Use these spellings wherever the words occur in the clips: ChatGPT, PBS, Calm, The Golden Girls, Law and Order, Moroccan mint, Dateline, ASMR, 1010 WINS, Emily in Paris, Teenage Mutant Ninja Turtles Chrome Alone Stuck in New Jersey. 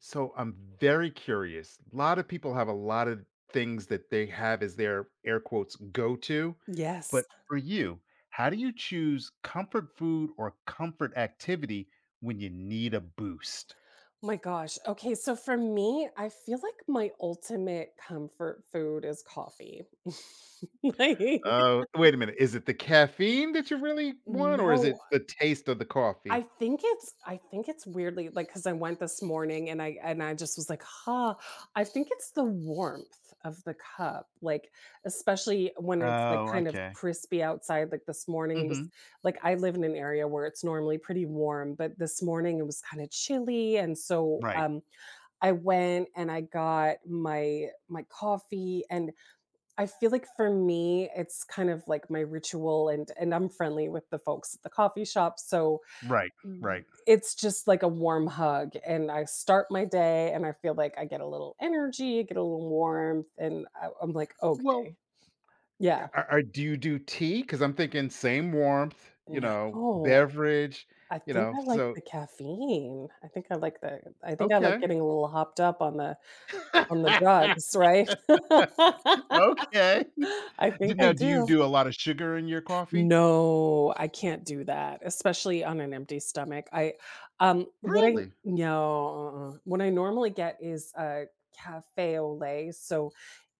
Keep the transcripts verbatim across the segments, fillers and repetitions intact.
So I'm very curious. A lot of people have a lot of things that they have as their air quotes go to. But Yes. for you, how do you choose comfort food or comfort activity when you need a boost? Oh my gosh. Okay, so for me, I feel like my ultimate comfort food is coffee. Like Oh, wait a minute. Is it the caffeine that you really want, or is no, it the taste of the I coffee? think it's I think it's weirdly, like, because I went this morning and I and I just was like, "Huh." I think it's the warmth of the cup, like, especially when it's, like, Oh, kind of okay. crispy outside, like, this morning it was Hmm. like, I live in an area where it's normally pretty warm, but this morning it was kinda chilly, and so, Right. um, I went and I got my my coffee. And I feel like for me it's kind of like my ritual, and and I'm friendly with the folks at the coffee shop, so Right. mm, Right. it's just like a warm hug, and I start my day and I feel like I get a little energy, get a little warmth, and I, I'm like, Well, okay. yeah, Yeah. are, are- do you do tea? Because I'm thinking same warmth, you know, No. beverage, I you think know. I like So the caffeine. I think I like the I think I like Okay. getting a little hopped up on the on the drugs, right? Okay. I D think I now do you do. do a lot of sugar in your coffee? No, I can't do that, especially on an empty stomach. I um, what I Really? No, uh-uh. What I normally get is a cafe au lait, so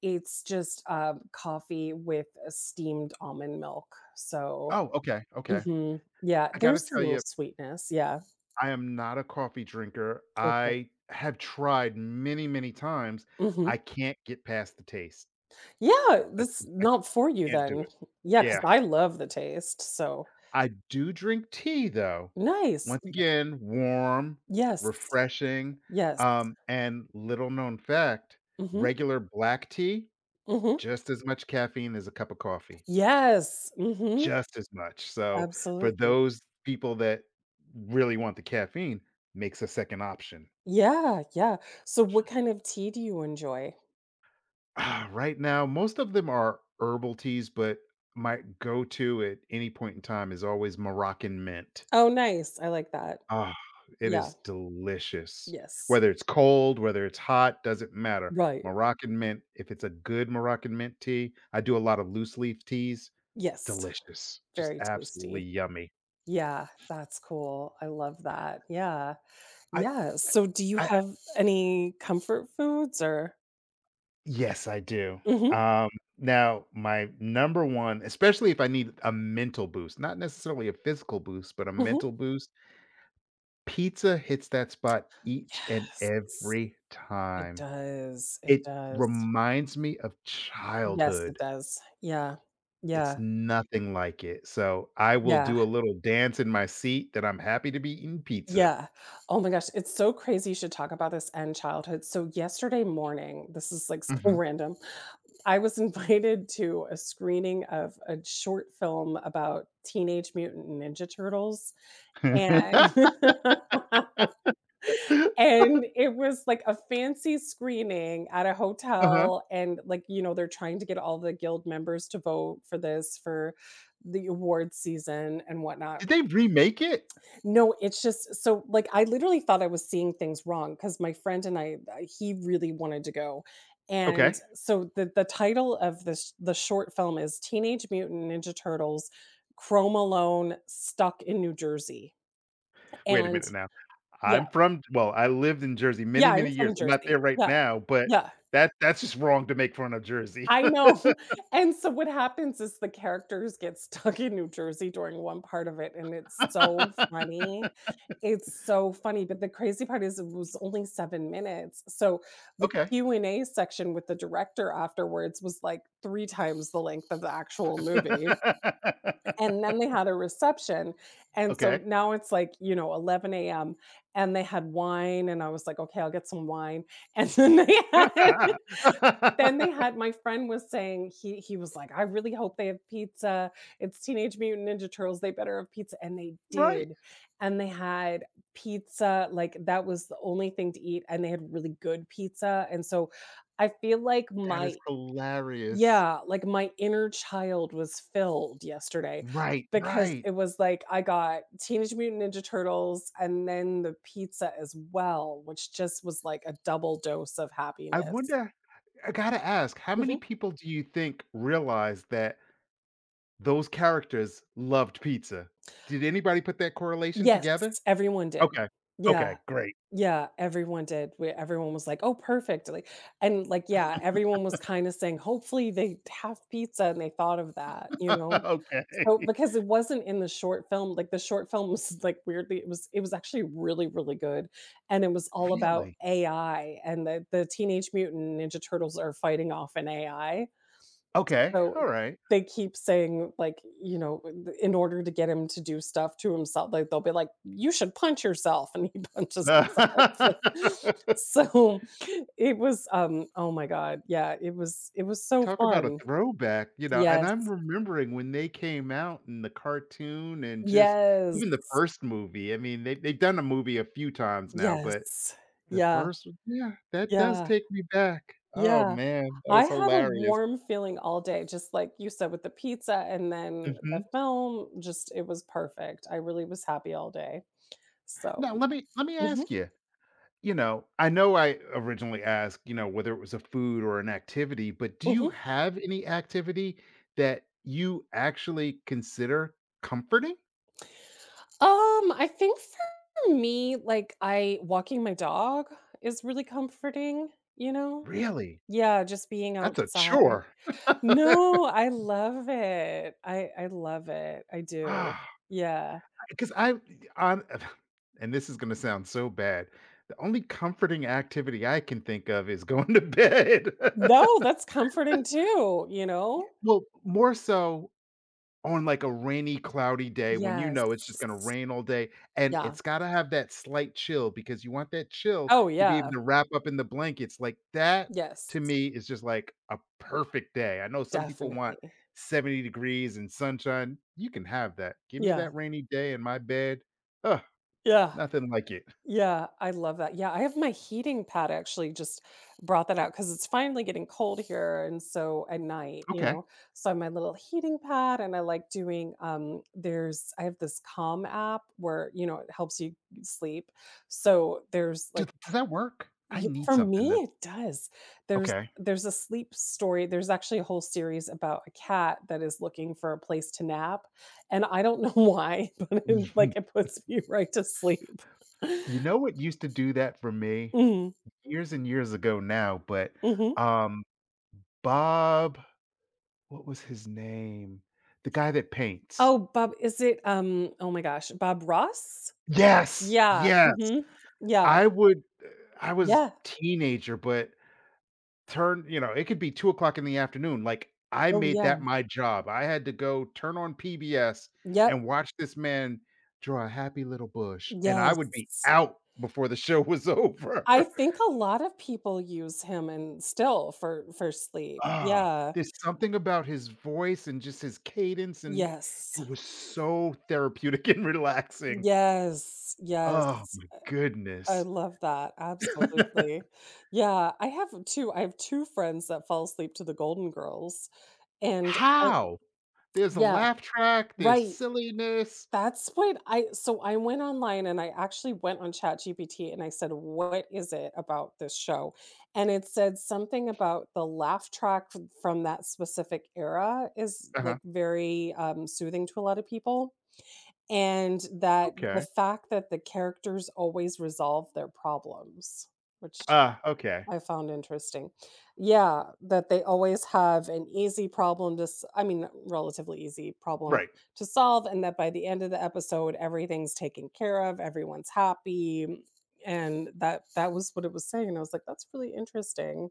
it's just, um, coffee with a steamed almond milk, so Oh, okay, okay. mhm. Yeah, I gotta there's a tell little you, sweetness, yeah. I am not a coffee drinker. Okay. I have tried many, many times. Mhm. I can't get past the taste. Yeah, I this I not for you can't do then. it. Yeah, because Yeah. I love the taste, so I do drink tea, though. nice. Once again, warm, Yes. refreshing, Yes. um, and little known fact, Mhm. regular black tea Mhm. just as much caffeine as a cup of coffee, Yes, mhm, just as much. So, for absolutely. those people that really want the caffeine, makes a second option. Yeah, yeah. So what kind of tea do you enjoy? Ah, right now, most of them are herbal teas, but my go-to at any point in time is always Moroccan mint. Oh, nice, I like that. Ah, it Yeah, is delicious. yes. Whether it's cold, whether it's hot, doesn't matter. Right, Moroccan mint, if it's a good Moroccan mint tea, I do a lot of loose leaf teas, yes, delicious, just very absolutely tasty. yummy. Yeah, that's cool, I love that, yeah. I Yeah, so do you I have any comfort foods or Yes, I do. mhm, Um, Now, my number one, especially if I need a mental boost, not necessarily a physical boost, but a mhm. mental boost, pizza hits that spot each and Yes, every it time. does, it It does. reminds me of Yes, it childhood. does. Yeah, yeah, It's nothing like it. So I will yeah. do a little dance in my seat that I'm happy to be eating pizza. Yeah. Oh my gosh, it's so crazy you should talk about this and childhood. So yesterday morning, this is like so Mhm. random. I was invited to a screening of a short film about Teenage Mutant Ninja Turtles, and and it was like a fancy screening at a Uh-huh. hotel, and, like, you know, they're trying to get all the guild members to vote for this for the award season and whatnot. Did they remake it? No, it's just so, like, I literally thought I was seeing things wrong because my friend and I, uh, he really wanted to go. And Okay. so the the title of this the short film is Teenage Mutant Ninja Turtles Chrome Alone Stuck in New Jersey. Wait a And minute now. yeah, I'm from well, I lived in Jersey yeah, many, I'm many from years. I'm not Jersey. there right Yeah. now, but Yeah. that that's just wrong to make fun of Jersey. I know. And so what happens is the characters get stuck in New Jersey during one part of it, and it's so funny. It's so funny, but the crazy part is it was only seven minutes, so the Okay. Q and A section with the director afterwards was, like, three times the length of the actual movie, and then they had a reception, and so Okay. now it's, like, you know, eleven a m, and they had wine, and I was like, "Okay, I'll get some wine," and then they had then they had my friend was saying, he he was like, "I really hope they have pizza. It's Teenage Mutant Ninja Turtles. They better have pizza." And they Right. did. And they had pizza, like, that was the only thing to eat, and they had really good pizza. And so I feel like That is my hilarious. yeah, like, my inner child was filled yesterday Right, because right. it was like I got Teenage Mutant Ninja Turtles and then the pizza as well, which just was like a double dose of I happiness. wonder I gotta ask, how many people do you think realize that those characters loved pizza? Did anybody put that correlation Yes, together? everyone did. Okay. Yeah, Okay, great. yeah, everyone did. We everyone was like, "Oh, perfect," like and, like, yeah, everyone was kinda saying, "Hopefully they have pizza," and they thought of that, you know? So Okay. because it wasn't in the short film, like, the short film was, like, weirdly it was it was actually really, really good, and it was all about Really? A I, and the the Teenage Mutant Ninja Turtles are fighting off an A I. Okay, So, alright. they keep saying, like, you know, in order to get him to do stuff to himself, like, they'll be like, "You should punch yourself," and he punches himself. So, it was, um oh my god, yeah, it was it was so Talk about a fun. throwback, you know, and Yes. I'm remembering when they came out in the cartoon and just Yes. even the first movie. I mean, they they've done a movie a few times now, but Yes. the Yeah, first one, yeah, that does yeah, take me back. Oh, yeah. man, that I is had a hilarious. warm feeling all day, just like you said, with the pizza and then the Mhm. film, just it was perfect. I really was happy all day. So Now let me let me mhm, ask you, you know, I know I originally asked, you know, whether it was a food or an activity, but do you mhm. have any activity that you actually consider comforting? Um, I think for me, like, I walking my dog is really comforting, you know? Really? Yeah, just being That's a outside. chore. No, I love it. I I love it. I do. Ah, Yeah. because I on and this is going to sound so bad. The only comforting activity I can think of is going to bed. No, that's comforting too, you know? Well, more so on, like, a rainy, cloudy day when you know it's just gonna Yes. rain all day, and Yeah. it's gotta have that slight chill because you want that chill Oh to be able yeah. to wrap up in the blankets, like, that to Yes. me is just, like, a perfect day. I know some people want Definitely. seventy degrees and sunshine. You can have that. Give me Yeah. that rainy day in my bed. Ugh, Yeah. nothing like it. Yeah, I love that. Yeah, I have my heating pad actually just brought that out because it's finally getting cold here. And so at night, you Okay. know, so I have my little heating pad, and I like doing um there's I have this calm app where, you know, it helps you sleep. So there's Do like does that work? I y- need for me something that, it does. There's okay. there's a sleep story. There's actually a whole series about a cat that is looking for a place to nap. And I don't know why, but it, like it puts me right to sleep. You know what used to do that for me? Mhm. Years and years ago now, but, Mhm. um Bob, what was his name? The guy that paints. Oh, Bob is it, um, oh my gosh, Bob Ross? Yes! Yeah, Yes! mhm, yeah, I would I was yeah, teenager, but turn, you know, it could be two o'clock in the afternoon, like, I oh, made yeah, that my job. I had to go turn on P B S yep, and watch this man draw a happy little bush, and I would be yes. out before the show was I over. think a lot of people use him and still for for sleep. Ah, Yeah, there's something about his voice and just his cadence, and yes, it was so therapeutic and relaxing. yes, yes, Oh my I goodness. love that, absolutely. Yeah, I have two I have two friends that fall asleep to The Golden Girls, and I How? There's a yeah, laugh track, there's right. silliness. That's what I so I went online, and I actually went on ChatGPT and I said, "What is it about this show?" And it said something about the laugh track f from that specific era is, like, Uh-huh. very, um, soothing to a lot of people, and that the Okay. fact that the characters always resolve their problems, which Uh, okay. I found interesting. Yeah, that they always have an easy problem to s- I mean, relatively easy problem Right. to solve, and that by the end of the episode everything's taken care of, everyone's happy, and that that was what it was saying. And I was like, that's really interesting.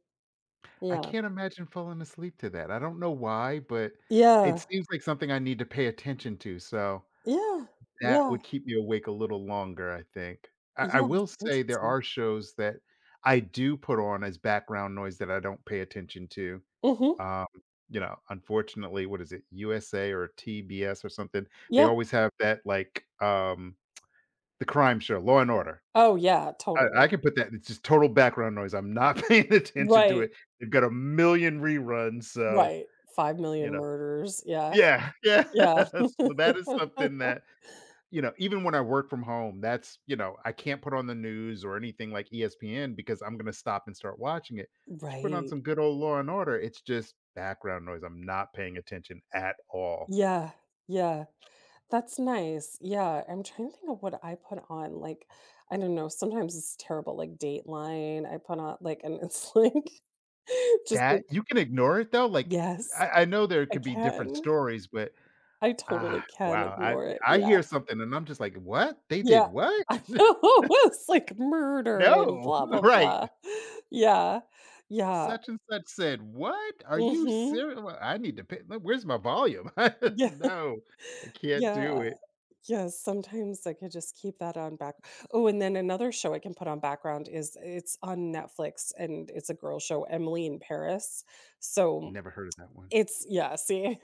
I Yeah. can't imagine falling asleep to that. I don't know why, but it Yeah. seems like something I need to pay attention to, so Yeah. that Yeah. would keep me awake a little longer, I think. I I Yeah, will that's say there interesting. are shows that I do put on as background noise that I don't pay attention to. Mhm. Um, you know, unfortunately, what is it? U S A or T B S or something. They Yeah. always have that like, um, the crime show, Law & and Order. Oh yeah, I totally. I can put that, it's just total background noise. I'm not paying attention to Right. it. They've got a million reruns, so, Right. five you million know, murders. Yeah. yeah, yeah. Yeah. So that is something that, you know, even when I work from home, that's, you know, I can't put on the news or anything like E S P N because I'm going to stop and start watching it. But you put on Right. some good old Law and Order, it's just background noise. I'm not paying attention at all. Yeah, yeah. That's nice. Yeah, I'm trying to think of what I put on, like, I don't know, sometimes it's terrible, like, Dateline, I put on, like and it's like, just like That you can ignore it, though. Like, yes, I, I know there I could be different can. stories, but I totally ah, can wow. I ignore it, I yeah. hear something and I'm just like, what? They did Yeah, what? I know, it's like murder and No, blah, blah, right. blah. Yeah, yeah. Such and such said, "What? Are you Mhm. serious? I need to pay look, where's my volume?" Yeah, No, I can't do yeah. it. Yes, sometimes I could just keep that on back. Oh, and then another show I can put on background is it's on Netflix, and it's a girl show, Emily in Paris. So Never heard of that one. it's yeah, see,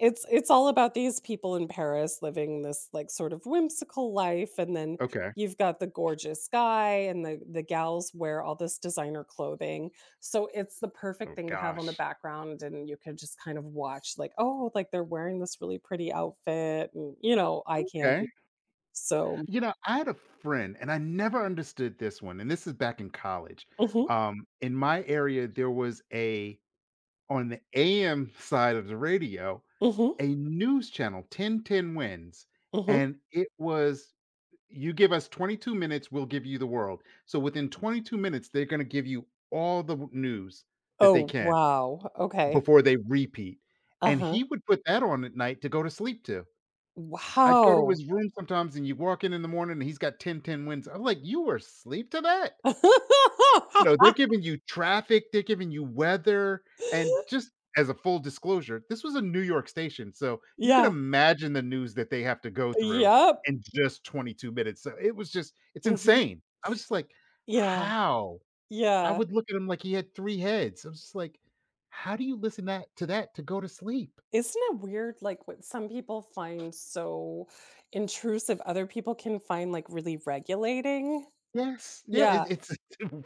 it's it's all about these people in Paris living this like sort of whimsical life, and then Okay. you've got the gorgeous guy, and the the gals wear all this designer clothing. So it's the perfect Oh thing to have on the gosh. background, and you could just kind of watch like, oh, like they're wearing this really pretty outfit, and, you know, eye candy. Okay. So You know, I had a friend, and I never understood this one, and this is back in college. mhm, Um, in my area, there was a on the A M side of the radio, mhm, a news channel, ten ten WINS, mhm. and it was, you give us twenty-two minutes, we'll give you the world. So within twenty-two minutes, they're going to give you all the w- news that they Oh, can wow, okay. before they repeat. And Uh-huh. he would put that on at night to go to sleep to. I'd go to Wow. his room sometimes and you walk in in the morning and he's got ten, ten wins. I'm like, you were asleep to that? You know, they're giving you traffic, they're giving you weather, and just as a full disclosure, this was a New York station, so you can Yeah, imagine the news that they have to go through yep, in just twenty-two minutes, so it was just it's mhm, insane. I was just like, yeah, "How?" I yeah. would look at him like he had three heads. I was just like, "How do you listen that to that to go to sleep?" Isn't it weird, like, what some people find so intrusive, other people can find, like, really regulating? Yes, yeah, Yeah, it's it's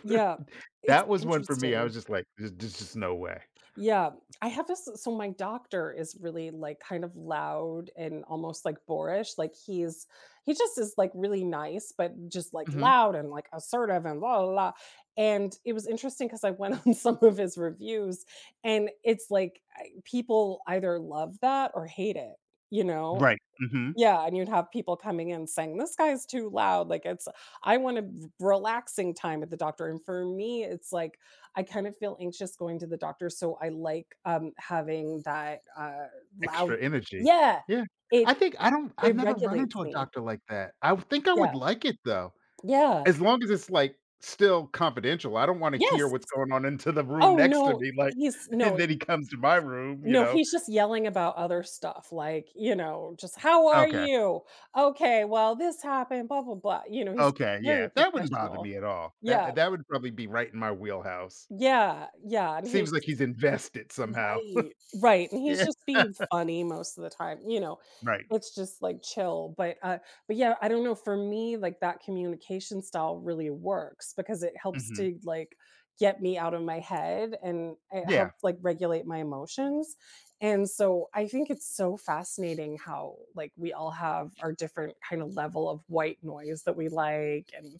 yeah, it's that was one for me, I interesting. was just like, "There's there's just no way." Yeah, I have this so my doctor is really, like, kind of loud and almost, like, boorish, like, he's he just is, like, really nice, but just, like, Mhm. loud and, like, assertive and blah, blah, blah, and it was interesting because I went on some of his reviews, and it's, like, I people either love that or hate it, you know? Right, mhm. Yeah, and you'd have people coming in saying, "This guy's too loud." Like, it's I want a v relaxing time at the doctor, and for me, it's like, I kind of feel anxious going to the doctor, so I like, um, having that, uh, loud Extra energy. yeah, Yeah. it I think I don't I've it never run regulates into a me. doctor like that. I would think I Yeah, would like it though, yeah. as long as it's, like, still confidential. I don't wanna hear what's Yes! going on into the room Oh, next to no, me, like, he's and no, then he comes to my room, you no, know? he's just yelling about other stuff, like, you know, just, "How are Okay. you? Okay, well, this happened, blah, blah, blah." You know, he's Okay, very yeah. That wouldn't bother professional. me at all. Yeah. That that would probably be right in my wheelhouse. Yeah, yeah, and he's Seems like just he's invested somehow. right, right, and he's Yeah. just being funny most of the time, you know, Right. it's just, like, chill, but, uh but, yeah, I don't know, for me, like, that communication style really works because it helps Mhm. to, like, get me out of my head, and it helps, Yeah. like, regulate my emotions, and so I think it's so fascinating how, like, we all have our different kinda level of white noise that we like, and,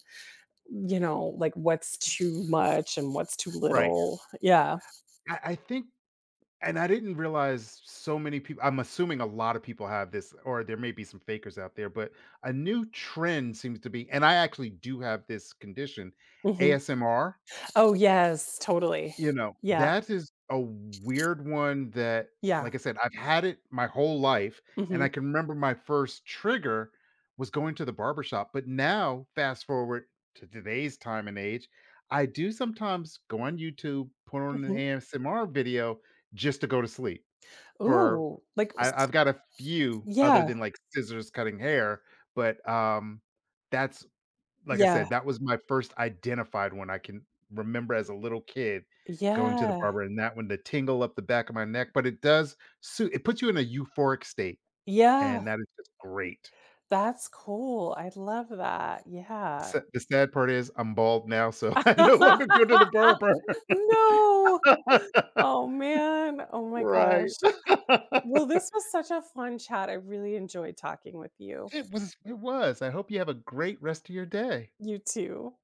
you know, like, what's It's too much and what's too right. little, yeah. I I think and I didn't realize so many people I'm assuming a lot of people have this, or there may be some fakers out there, but a new trend seems to be and I actually do have this condition, Mhm. A S M R, Oh, yes, totally. you know, Yeah, that is a weird one that, yeah. like I said, I've had it my whole life, and Mhm, I can remember my first trigger was going to the barbershop, but now, fast forward to today's time and age, I do sometimes go on YouTube, put on an mhm. A S M R video just to go to sleep. For Ooh, like I s I've got a few other yeah, than, like, scissors cutting hair, but, um, that's like I yeah, said, that was my first identified one I can remember as a little kid going to the yeah, barber, and that one, the tingle up the back of my neck, but it does suit; it puts you in a euphoric state, yeah. and that is just great. That's cool, I love that, S yeah. the sad part is I'm bald now, so I no longer go to the barber. No! Oh, man, oh my gosh. Right. Well, this was such a fun chat, I really enjoyed talking with you. It was it was. I hope you have a great rest of your day. You too.